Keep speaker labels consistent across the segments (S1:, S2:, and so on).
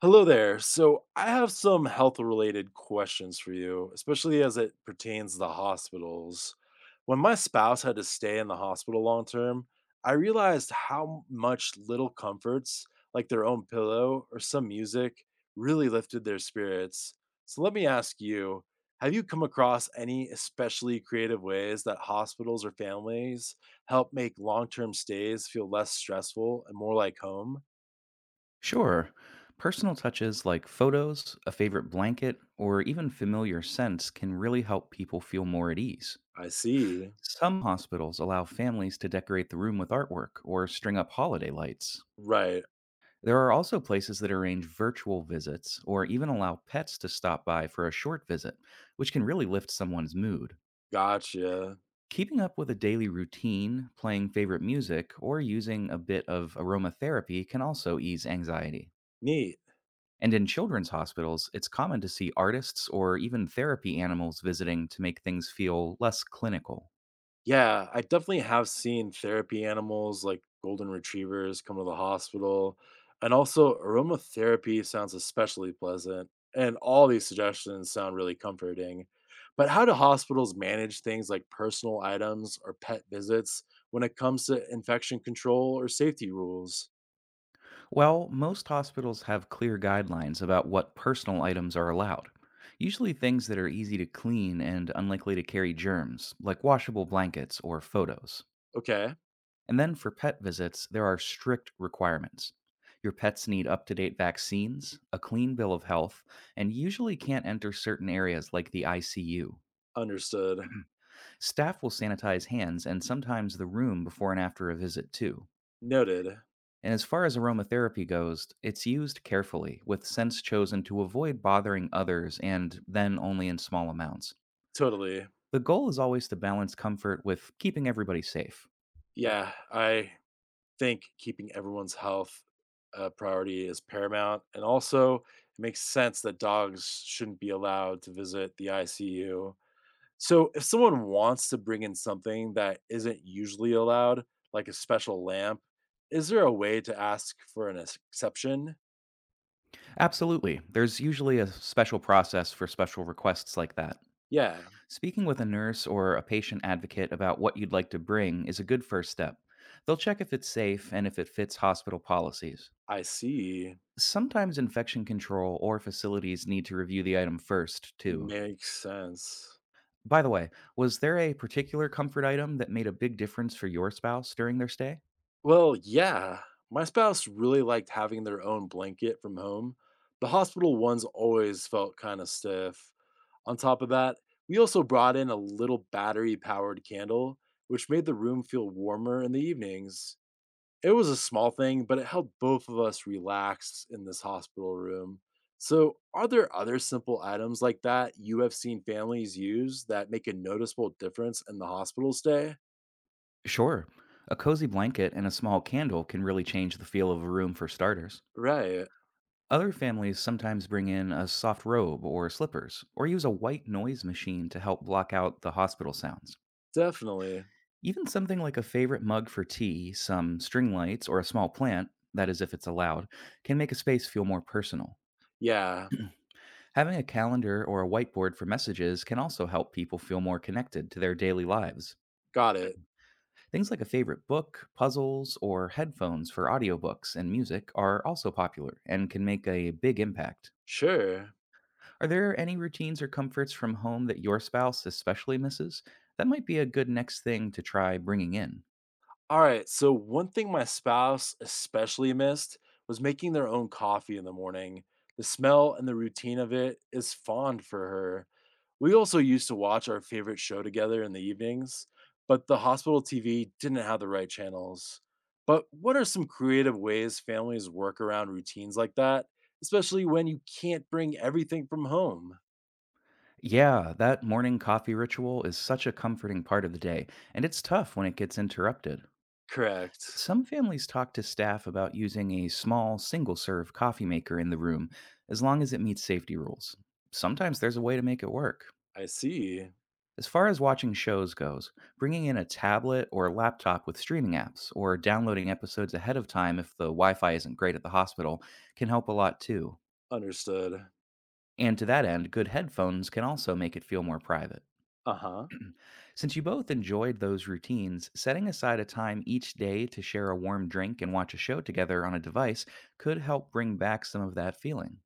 S1: Hello there. So, I have some health related questions for you, especially as it pertains to hospitals. When my spouse had to stay in the hospital long term, I realized how much little comforts, like their own pillow or some music, really lifted their spirits. So, let me ask you, have you come across any especially creative ways that hospitals or families help make long term stays feel less stressful and more like home?
S2: Sure. Personal touches like photos, a favorite blanket, or even familiar scents can really help people feel more at ease.
S1: I see.
S2: Some hospitals allow families to decorate the room with artwork or string up holiday lights.
S1: Right.
S2: There are also places that arrange virtual visits or even allow pets to stop by for a short visit, which can really lift someone's mood.
S1: Gotcha.
S2: Keeping up with a daily routine, playing favorite music, or using a bit of aromatherapy can also ease anxiety.
S1: Neat.
S2: And in children's hospitals, it's common to see artists or even therapy animals visiting to make things feel less clinical.
S1: Yeah, I definitely have seen therapy animals like golden retrievers come to the hospital. And also, aromatherapy sounds especially pleasant. And all these suggestions sound really comforting. But how do hospitals manage things like personal items or pet visits when it comes to infection control or safety rules?
S2: Well, most hospitals have clear guidelines about what personal items are allowed, usually things that are easy to clean and unlikely to carry germs, like washable blankets or photos.
S1: Okay,
S2: And then for pet visits, there are strict requirements. Your pets need up to date vaccines, a clean bill of health, and usually can't enter certain areas like the ICU.
S1: understood.
S2: Staff will sanitize hands and sometimes the room before and after a visit, too.
S1: Noted.
S2: And as far as aromatherapy goes, it's used carefully, with scents chosen to avoid bothering others and then only in small amounts.
S1: Totally.
S2: The goal is always to balance comfort with keeping everybody safe.
S1: Yeah, I think keeping everyone's health a priority is paramount. And also, it makes sense that dogs shouldn't be allowed to visit the ICU. So, if someone wants to bring in something that isn't usually allowed, like a special lamp, is there a way to ask for an exception?
S2: Absolutely. There's usually a special process for special requests like that.
S1: Yeah,
S2: Speaking with a nurse or a patient advocate about what you'd like to bring is a good first step. They'll check if it's safe and if it fits hospital policies.
S1: I see.
S2: Sometimes infection control or facilities need to review the item first, too.
S1: Makes sense.
S2: By the way, was there a particular comfort item that made a big difference for your spouse during their stay?
S1: Well, yeah. My spouse really liked having their own blanket from home. The hospital ones always felt kind of stiff. On top of that, we also brought in a little battery powered candle, which made the room feel warmer in the evenings. It was a small thing, but it helped both of us relax in this hospital room. So, are there other simple items like that you have seen families use that make a noticeable difference in the hospital stay?
S2: Sure. A cozy blanket and a small candle can really change the feel of a room for starters.
S1: Right,
S2: Other families sometimes bring in a soft robe or slippers, or use a white noise machine to help block out the hospital sounds.
S1: definitely.
S2: Even something like a favorite mug for tea, some string lights, or a small plant, that is, if it's allowed, can make a space feel more personal.
S1: Yeah,
S2: Having a calendar or a whiteboard for messages can also help people feel more connected to their daily lives.
S1: got it.
S2: Things like a favorite book, puzzles, or headphones for audiobooks and music are also popular and can make a big impact.
S1: Sure.
S2: Are there any routines or comforts from home that your spouse especially misses? That might be a good next thing to try bringing in.
S1: All right. So one thing my spouse especially missed was making their own coffee in the morning. The smell and the routine of it is fond for her. We also used to watch our favorite show together in the evenings, but the hospital TV didn't have the right channels. But what are some creative ways families work around routines like that, especially when you can't bring everything from home?
S2: Yeah, that morning coffee ritual is such a comforting part of the day, and it's tough when it gets interrupted.
S1: Correct.
S2: Some families talk to staff about using a small single serve coffee maker in the room as long as it meets safety rules. Sometimes there's a way to make it work.
S1: I see.
S2: As far as watching shows goes, bringing in a tablet or laptop with streaming apps or downloading episodes ahead of time if the Wi Fi isn't great at the hospital can help a lot too.
S1: Understood.
S2: And to that end, good headphones can also make it feel more private.
S1: Uh huh.
S2: Since you both enjoyed those routines, setting aside a time each day to share a warm drink and watch a show together on a device could help bring back some of that feeling.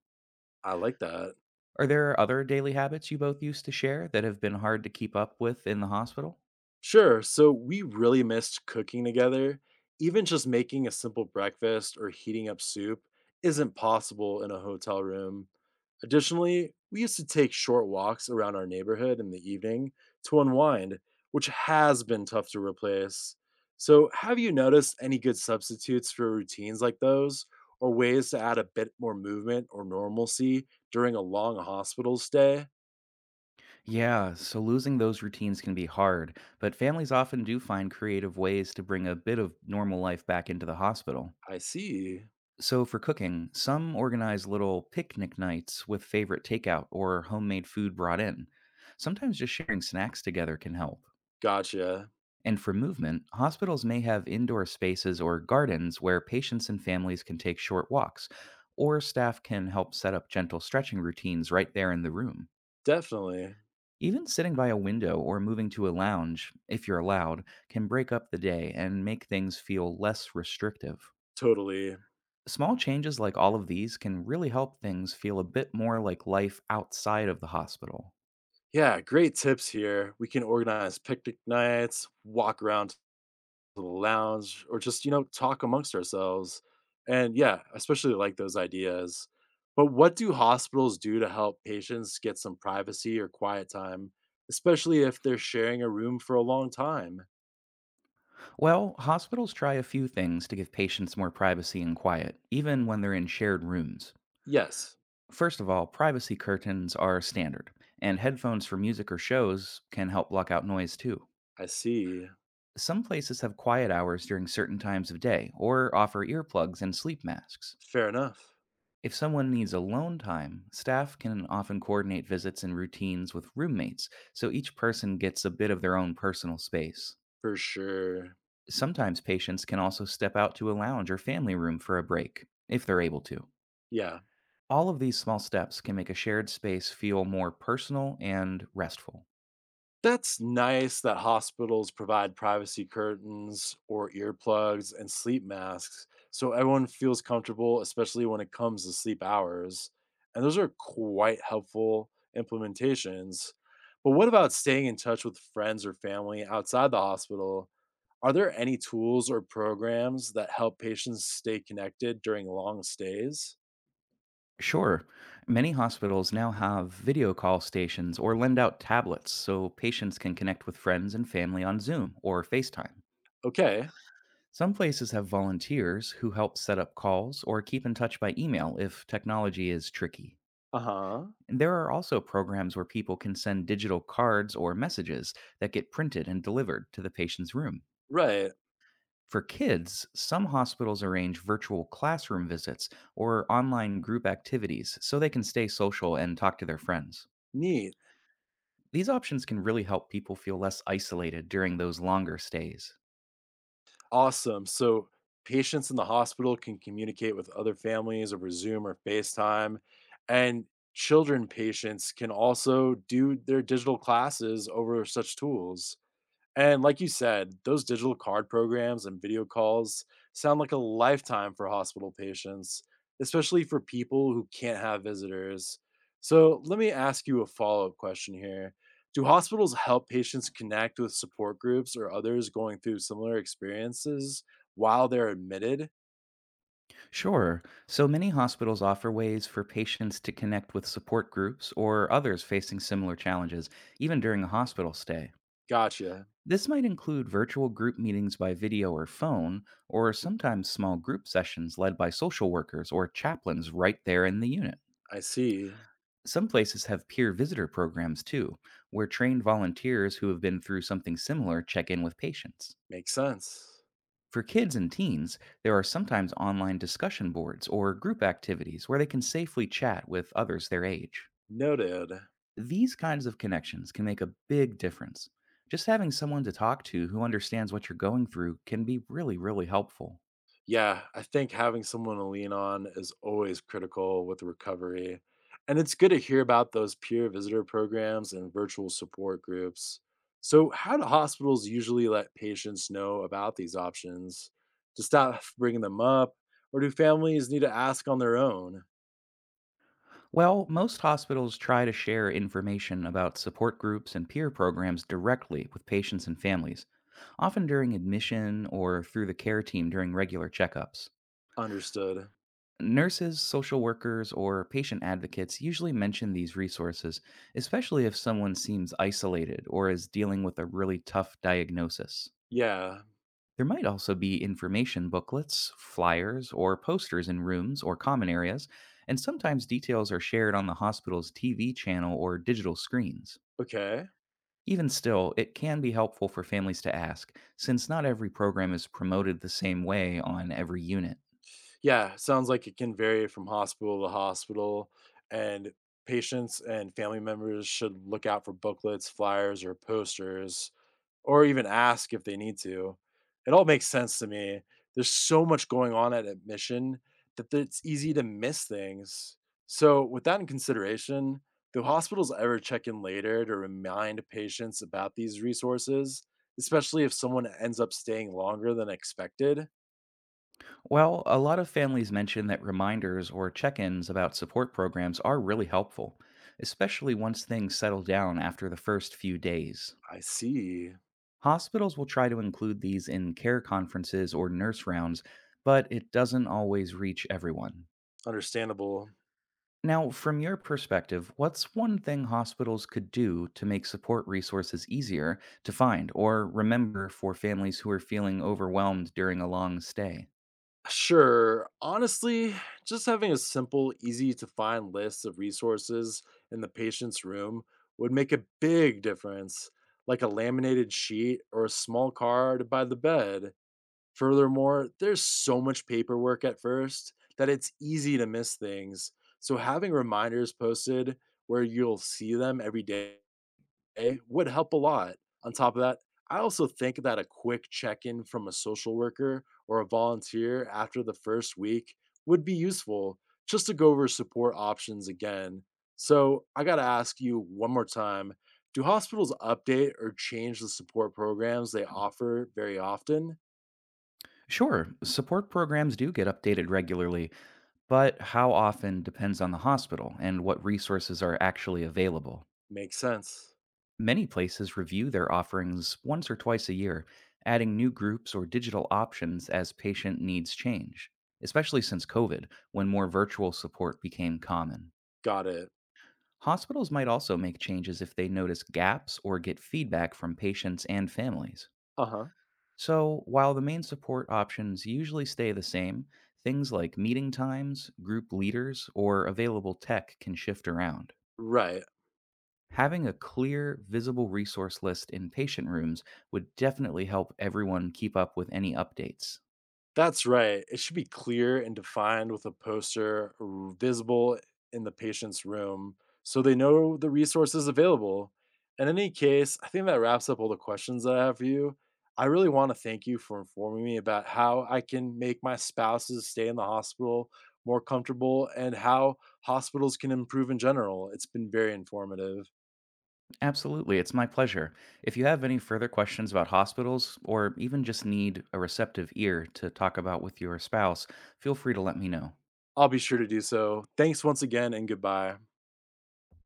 S1: I like that.
S2: Are there other daily habits you both used to share that have been hard to keep up with in the hospital?
S1: Sure. So we really missed cooking together. Even just making a simple breakfast or heating up soup isn't possible in a hotel room. Additionally, we used to take short walks around our neighborhood in the evening to unwind, which has been tough to replace. So, have you noticed any good substitutes for routines like those, or ways to add a bit more movement or normalcy during a long hospital stay?
S2: Yeah, so losing those routines can be hard, but families often do find creative ways to bring a bit of normal life back into the hospital.
S1: I see.
S2: So, for cooking, some organize little picnic nights with favorite takeout or homemade food brought in. Sometimes just sharing snacks together can help.
S1: Gotcha.
S2: And for movement, hospitals may have indoor spaces or gardens where patients and families can take short walks, or staff can help set up gentle stretching routines right there in the room.
S1: Definitely.
S2: Even sitting by a window or moving to a lounge, if you're allowed, can break up the day and make things feel less restrictive.
S1: Totally.
S2: Small changes like all of these can really help things feel a bit more like life outside of the hospital.
S1: Yeah, great tips here. We can organize picnic nights, walk around to the lounge, or just, talk amongst ourselves. And yeah, especially like those ideas. But what do hospitals do to help patients get some privacy or quiet time, especially if they're sharing a room for a long time?
S2: Well, hospitals try a few things to give patients more privacy and quiet, even when they're in shared rooms.
S1: Yes,
S2: First of all, privacy curtains are standard, and headphones for music or shows can help block out noise too.
S1: I see.
S2: Some places have quiet hours during certain times of day, or offer earplugs and sleep masks.
S1: Fair enough.
S2: If someone needs alone time, staff can often coordinate visits and routines with roommates, so each person gets a bit of their own personal space.
S1: For sure.
S2: Sometimes patients can also step out to a lounge or family room for a break, if they're able to.
S1: Yeah.
S2: All of these small steps can make a shared space feel more personal and restful.
S1: That's nice that hospitals provide privacy curtains or earplugs and sleep masks so everyone feels comfortable, especially when it comes to sleep hours. And those are quite helpful implementations. But what about staying in touch with friends or family outside the hospital? Are there any tools or programs that help patients stay connected during long stays?
S2: Sure, many hospitals now have video call stations or lend out tablets so patients can connect with friends and family on Zoom or FaceTime.
S1: Okay.
S2: Some places have volunteers who help set up calls or keep in touch by email if technology is tricky.
S1: Uh huh.
S2: And there are also programs where people can send digital cards or messages that get printed and delivered to the patient's room.
S1: Right.
S2: For kids, some hospitals arrange virtual classroom visits or online group activities so they can stay social and talk to their friends.
S1: Neat.
S2: These options can really help people feel less isolated during those longer stays.
S1: Awesome. So patients in the hospital can communicate with other families over Zoom or FaceTime, and children patients can also do their digital classes over such tools. And like you said, those digital card programs and video calls sound like a lifetime for hospital patients, especially for people who can't have visitors. So let me ask you a follow up question here. Do hospitals help patients connect with support groups or others going through similar experiences while they're admitted?
S2: Sure. So many hospitals offer ways for patients to connect with support groups or others facing similar challenges, even during a hospital stay.
S1: Gotcha.
S2: This might include virtual group meetings by video or phone, or sometimes small group sessions led by social workers or chaplains right there in the unit.
S1: I see.
S2: Some places have peer visitor programs too, where trained volunteers who have been through something similar check in with patients.
S1: Makes sense.
S2: For kids and teens, there are sometimes online discussion boards or group activities where they can safely chat with others their age.
S1: Noted.
S2: These kinds of connections can make a big difference. Just having someone to talk to who understands what you're going through can be really, really helpful.
S1: Yeah, I think having someone to lean on is always critical with recovery. And it's good to hear about those peer visitor programs and virtual support groups. So, how do hospitals usually let patients know about these options to stop bringing them up? Or do families need to ask on their own?
S2: Well, most hospitals try to share information about support groups and peer programs directly with patients and families, often during admission or through the care team during regular checkups.
S1: Understood.
S2: Nurses, social workers, or patient advocates usually mention these resources, especially if someone seems isolated or is dealing with a really tough diagnosis.
S1: Yeah.
S2: There might also be information booklets, flyers, or posters in rooms or common areas, and sometimes details are shared on the hospital's TV channel or digital screens.
S1: Okay.
S2: Even still, it can be helpful for families to ask, since not every program is promoted the same way on every unit.
S1: Yeah, sounds like it can vary from hospital to hospital, and patients and family members should look out for booklets, flyers, or posters, or even ask if they need to. It all makes sense to me. There's so much going on at admission that it's easy to miss things. So, with that in consideration, do hospitals ever check in later to remind patients about these resources, especially if someone ends up staying longer than expected?
S2: Well, a lot of families mention that reminders or check ins about support programs are really helpful, especially once things settle down after the first few days.
S1: I see.
S2: Hospitals will try to include these in care conferences or nurse rounds, but it doesn't always reach everyone.
S1: Understandable.
S2: Now, from your perspective, what's one thing hospitals could do to make support resources easier to find or remember for families who are feeling overwhelmed during a long stay?
S1: Sure. Honestly, just having a simple, easy to find list of resources in the patient's room would make a big difference, like a laminated sheet or a small card by the bed. Furthermore, there's so much paperwork at first that it's easy to miss things. So having reminders posted where you'll see them every day it would help a lot. On top of that, I also think that a quick check in from a social worker or a volunteer after the first week would be useful just to go over support options again. So, I got to ask you one more time, do hospitals update or change the support programs they offer very often?
S2: Sure, support programs do get updated regularly, but how often depends on the hospital and what resources are actually available.
S1: Makes sense.
S2: Many places review their offerings once or twice a year, adding new groups or digital options as patient needs change, especially since COVID, when more virtual support became common.
S1: Got it.
S2: Hospitals might also make changes if they notice gaps or get feedback from patients and families.
S1: Uh huh.
S2: So, while the main support options usually stay the same, things like meeting times, group leaders, or available tech can shift around.
S1: Right.
S2: Having a clear, visible resource list in patient rooms would definitely help everyone keep up with any updates.
S1: That's right. It should be clear and defined with a poster visible in the patient's room so they know the resources available. In any case, I think that wraps up all the questions that I have for you. I really want to thank you for informing me about how I can make my spouse's stay in the hospital more comfortable and how hospitals can improve in general. It's been very informative.
S2: Absolutely, it's my pleasure. If you have any further questions about hospitals, or even just need a receptive ear to talk about with your spouse, feel free to let me know.
S1: I'll be sure to do so. Thanks once again and goodbye.